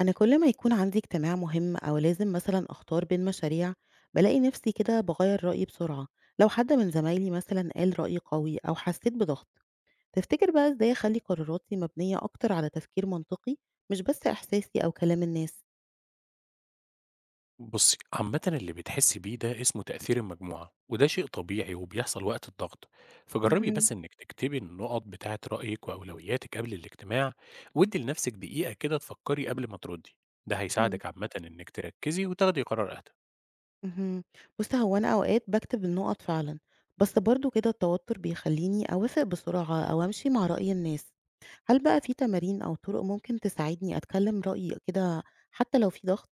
أنا كل ما يكون عندي اجتماع مهم أو لازم مثلا أختار بين مشاريع بلاقي نفسي كده بغير رأيي بسرعة لو حد من زمايلي مثلا قال رأي قوي أو حسيت بضغط تفتكر بقى إزاي أخلي قراراتي مبنية أكتر على تفكير منطقي مش بس إحساسي أو كلام الناس بصي، عامة اللي بتحسي بيه ده اسمه تأثير المجموعة، وده شيء طبيعي وبيحصل وقت الضغط. فجربي مهم. بس إنك تكتبي النقط بتاعة رأيك وأولوياتك قبل الاجتماع، وادي لنفسك دقيقة كده تفكري قبل ما تردي. ده مم. هيساعدك عامة إنك تركزي وتاخدي قرار أهدى. مهم. بص هو أنا أوقات بكتب النقط فعلا بس برضو كده التوتر بيخليني أوافق بسرعة أو أمشي مع رأي الناس هل بقى في تمارين أو طرق ممكن تساعدني أتكلم رأيي كده حتى لو في ضغط؟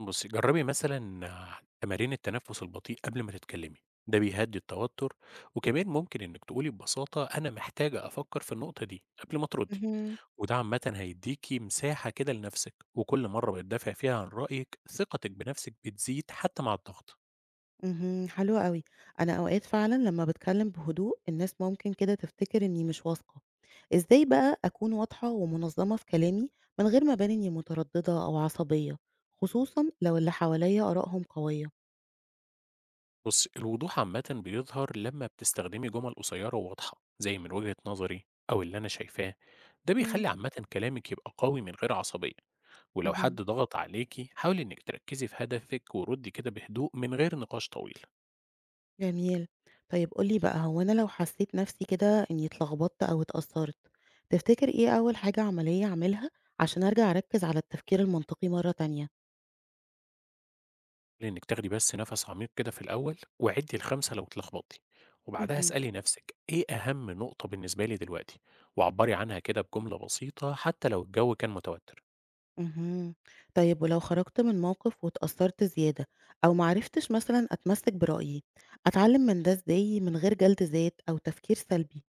بصي جربي مثلا آه، تمارين التنفس البطيء قبل ما تتكلمي ده بيهدي التوتر. وكمان ممكن إنك تقولي ببساطة أنا محتاجة أفكر في النقطة دي قبل ما تردي. اهم، وده عامة هيديكي مساحة كده لنفسِك، وكل مرة بتدافعي فيها عن رأيِك ثقتِك بنفسِك بتزيد حتى مع الضغط. اهم، حلو أوي. أنا أوقات فعلًا لمّا باتكلم بهدوء الناس ممكن كده تفتكر إني مش واثقة. إزاي بقى أكون واضحة ومنظمة في كلامي من غير ما أبان إني مترددة أو عصبية، خصوصًا لو اللي حواليّا آرائهم قوية؟ بُصي، الوضوح عامةً بيظهر لمّا بتستخدمي جمل قصيرة وواضحة، زي من وجهة نظري أو اللي أنا شايفاه، ده إمم. بيخلي عامةً كلامِك يبقى قوي من غير عصبية. ولو اهم، حد ضغط عليكِ حاولي إنِك تركزي في هدفِك وردي كده بهدوء من غير نقاش طويل. جميل. طيب قُل لي بقى هو أنا لو حسيت نفسي كده إني اتلخبطت أو اتأثرت، تفتكر إيه أول حاجة عملية أعملها عشان أرجع أركز على التفكير المنطقي مرة تانية؟ إنِك تاخدي بس نَفَس عميق كده في الأول، وعِدّي ل5 لو اتلخبطتِ، وبعدها اهم. اسألي نَفْسِك إيه أهم نقطة بالنسبة لي دلوقتي، وعبّري عنها كده بجملة بسيطة حتى لو الجو كان متوتر. اهم. طيب ولو خرجت من موقف واتأثرت زيادة أو معرفتش مثلًا أتمسك برأيي، أتعلم من ده إزاي من غير جلد ذات أو تفكير سلبي؟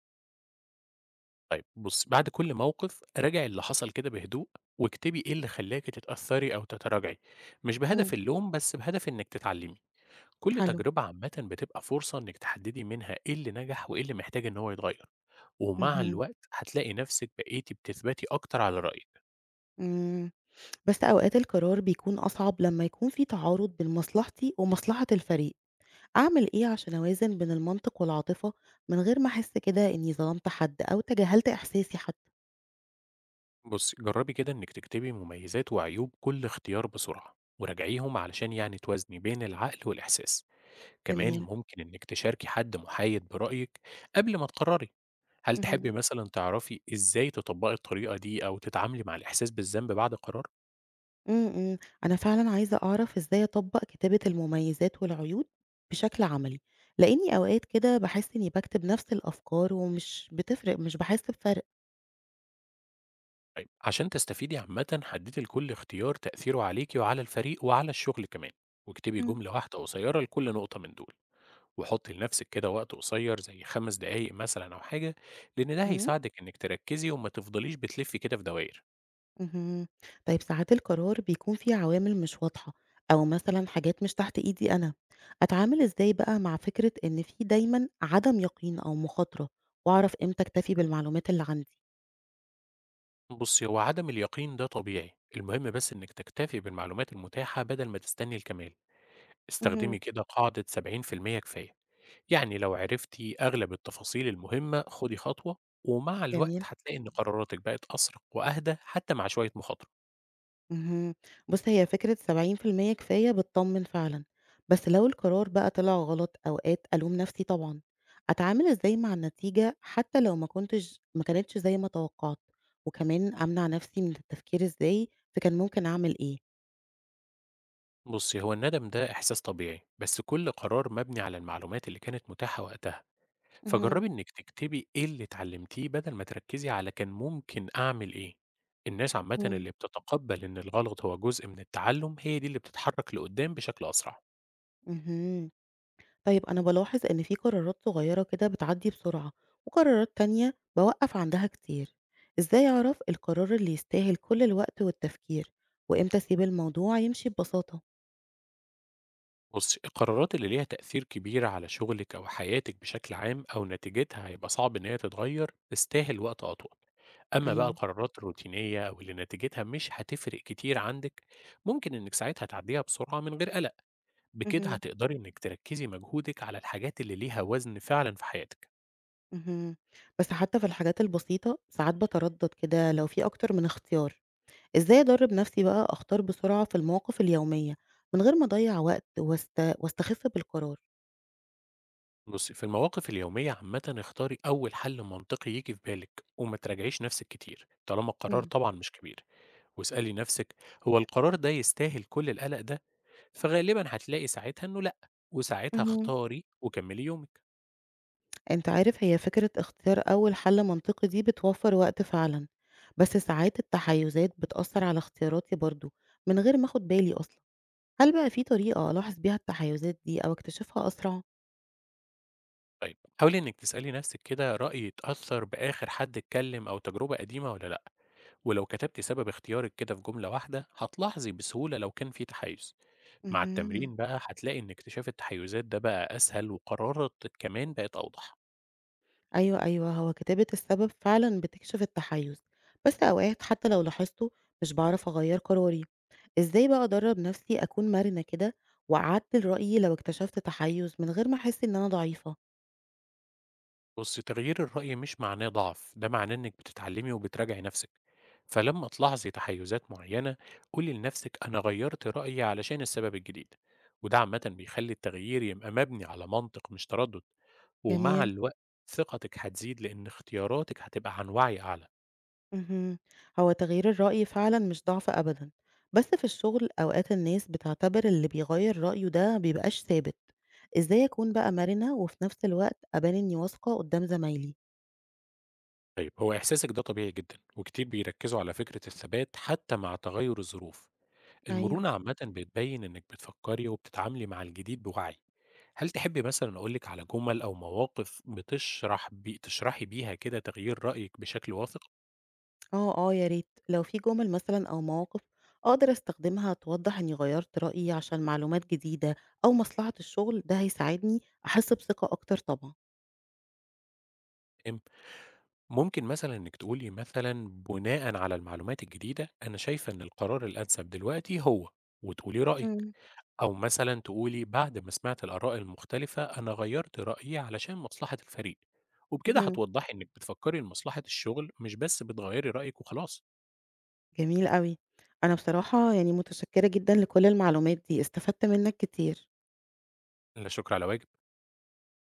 طيب بُصّي، بعد كل موقف راجعي اللي حصل كده بهدوء، واكتبي إيه اللي خلّاكِ تتأثّري أو تتراجعي، مش بهدف إمم، اللوم بس بهدف إنِك تتعلّمي. كل حلو. تجربة عامةً بتبقى فرصة إنِك تحدّدي منها إيه اللي نجح وإيه اللي محتاج إن هو يتغيّر، ومع اهم، الوقت هتلاقي نَفْسِك بقيتِ بتثبتي أكتر على رأيِك. إمم، بس أوقات القرار بيكون أصعب لما يكون في تعارض بين مصلحتي ومصلحة الفريق، أعمل إيه عشان أوازن بين المنطق والعاطفة من غير ما أحس كده إني ظلمت حد أو تجاهلت إحساسي حتى؟ بصي جربي كده إنك تكتبي مميزات وعيوب كل اختيار بسرعة وراجعيهم علشان يعني توازني بين العقل والإحساس. كمان جميل، ممكن إنك تشاركي حد محايد برأيك قبل ما تقرري. هل تحبي اهم. مثلا تعرفي إزاي تطبقي الطريقة دي أو تتعاملي مع الإحساس بالذنب بعد قرار؟ إمم، إمم. أنا فعلًا عايزة أعرف إزاي أطبّق كتابة المميزات والعيوب بشكل عملي، لإنّي أوقات كده باحس إنّي باكتب نفس الأفكار ومش بتفرق، مش باحس بفرق. طيب عشان تستفيدي عامة حددي لكل اختيار تأثيره عليكي وعلى الفريق وعلى الشغل كمان، واكتبي إمم، جملة واحدة قصيرة لكل نقطة من دول، وحطي لنفسِك كده وقت قصير زي 5 دقايق مثلًا أو حاجة، لإن ده إمم. هيساعدِك إنِّك تركّزي وما تفضليش بتلفّي كده في دواير. اهم. طيب ساعات القرار بيكون فيه عوامل مش واضحة أو مثلًا حاجات مش تحت إيدي أنا، أتعامل إزاي بقى مع فكرة إن في دايمًا عدم يقين أو مخاطرة وأعرف إمتى أكتفي بالمعلومات اللي عندي؟ بُصّي، هو عدم اليقين ده طبيعي، المهم بس إنِّك تكتفي بالمعلومات المتاحة بدل ما تستني الكمال. استخدمي اهم. كده قاعدة 70% كفاية، يعني لو عرفتِ أغلب التفاصيل المهمة خُدي خطوة، ومع الوقت جميل. هتلاقي إن قراراتِك بقت أسرع وأهدى حتى مع شوية مخاطرة. اهم. بُص، هي فكرة 70% كفاية بتطمّن فعلًا، بس لو القرار بقى طلع غلط أوقات ألوم نفسي طبعًا. أتعامل إزاي مع النتيجة حتى لو ما كانتش زي ما توقعت؟ وكمان أمنع نفسي من التفكير إزاي في كان ممكن أعمل إيه؟ بُصّي، هو الندم ده إحساس طبيعي، بس كل قرار مبني على المعلومات اللي كانت متاحة وقتها. اهم، فجربي إنِك تكتبي إيه اللي اتعلمتيه بدل ما تركزي على كان ممكن أعمل إيه. الناس عامة إمم، اللي بتتقبل إن الغلط هو جزء من التعلم هي دي اللي بتتحرك لقدام بشكل أسرع. اهم. طيب أنا بالاحظ إن في قرارات صغيرة كده بتعدّي بسرعة، وقرارات تانية باوقّف عندها كتير. إزاي أعرف القرار اللي يستاهل كل الوقت والتفكير، وإمتى أسيب الموضوع يمشي ببساطة؟ بصي القرارات اللي ليها تأثير كبير على شغلك أو حياتك بشكل عام أو نتيجتها هيبقى صعب إن هي تتغير تستاهل وقت أطول. أما بقى أيوه. القرارات الروتينية أو اللي نتيجتها مش هتفرق كتير عندك ممكن إنك ساعتها تعديها بسرعة من غير قلق. بكده اهم، هتقدري إنك تركزي مجهودك على الحاجات اللي ليها وزن فعلا في حياتك. اهم. بس حتى في الحاجات البسيطة ساعات باتردد كده لو في أكتر من اختيار، إزاي أدرّب نفسي بقى أختار بسرعة في المواقف اليومية من غير ما أضيّع وقت واستخف بالقرار؟ بصي في المواقف اليومية عامة اختاري أول حل منطقي يجي في بالك وما تراجعيش نفسك كتير طالما القرار إمم، طبعا مش كبير. واسألي نفسك، هو القرار ده يستاهل كل القلق ده؟ فغالبا هتلاقي ساعتها إنه لأ، وساعتها اهم. اختاري وكملي يومك. أنت عارف هي فكرة اختيار أول حل منطقي دي بتوفّر وقت فعلًا، بس ساعات التحيُّزات بتأثّر على اختياراتي برضه من غير ما آخُد بالي أصلًا، هل بقى في طريقة ألاحظ بيها التحيُّزات دي أو أكتشفها أسرع؟ طيب حاولي إنك تسألي نفسك كده رأي يتأثر بآخر حد اتكلم أو تجربة قديمة ولا لأ، ولو كتبتي سبب اختيارك كده في جملة واحدة هتلاحظي بسهولة لو كان في تحيز. مع اهم. التمرين بقى هتلاقي إن اكتشاف التحيزات ده بقى أسهل وقرارات كمان بقت أوضح. أيوه، أيوه، هو كتابة السبب فعلًا بتكشف التحيُّز، بس أوقات حتى لو لاحظته مش باعرف أغيّر قراري، إزاي بقى أدرّب نفسي أكون مرنة كده وأعدّل رأيي لو اكتشفت تحيُّز من غير ما أحس إن أنا ضعيفة؟ بُصّي، تغيير الرأي مش معناه ضعف، ده معناه إنِّك بتتعلّمي وبتراجعي نَفْسِك، فلمّا تلاحظي تحيُّزات معيّنة قولي لنَفْسِك أنا غيّرت رأيي علشان السبب الجديد، وده عامةً بيخلّي التغيير يبقى مبني على منطق مش تردُّد، ومع جميل، الوقت ثقتِك هتزيد لإن اختياراتِك هتبقى عن وعي أعلى. اهم، هو تغيير الرأي فعلًا مش ضعف أبدًا، بس في الشغل أوقات الناس بتعتبر اللي بيغيّر رأيه ده ما بيبقاش ثابت، إزاي أكون بقى مرنة وفي نفس الوقت أبان إني واثقة قدّام زمايلي؟ طيب هو إحساسِك ده طبيعي جدًا وكتير بيركّزوا على فكرة الثبات حتى مع تغيُّر الظروف، أيوه. المرونة عامةً بتبيّن إنِّك بتفكّري وبتتعاملي مع الجديد بوعي. هل تحبي مثلًا أقول لِك على جُمل أو مواقف بتشرح بي تشرحي بيها كده تغيير رأيِك بشكل واثق؟ آه، آه، يا ريت لو في جمل مثلًا أو مواقف أقدر أستخدمها توضح إني غيّرت رأيي عشان معلومات جديدة أو مصلحة الشغل، ده هيساعدني أحس بثقة أكتر طبعًا. امم، ممكن مثلًا إنِّك تقولي مثلًا بناءً على المعلومات الجديدة، أنا شايفة إن القرار الأنسب دلوقتي هو، وتقولي رأيِك، إمم، أو مثلًا تقولي بعد ما سمعت الآراء المختلفة، أنا غيّرت رأيي علشان مصلحة الفريق، وبكده اهم. هتوضّحي إنِّك بتفكّري لمصلحة الشغل مش بس بتغيّري رأيِك وخلاص. جميل أوي. أنا بصراحة يعني متشكرة جدًا لكل المعلومات دي، استفدت منك كتير. لا شكر على واجب.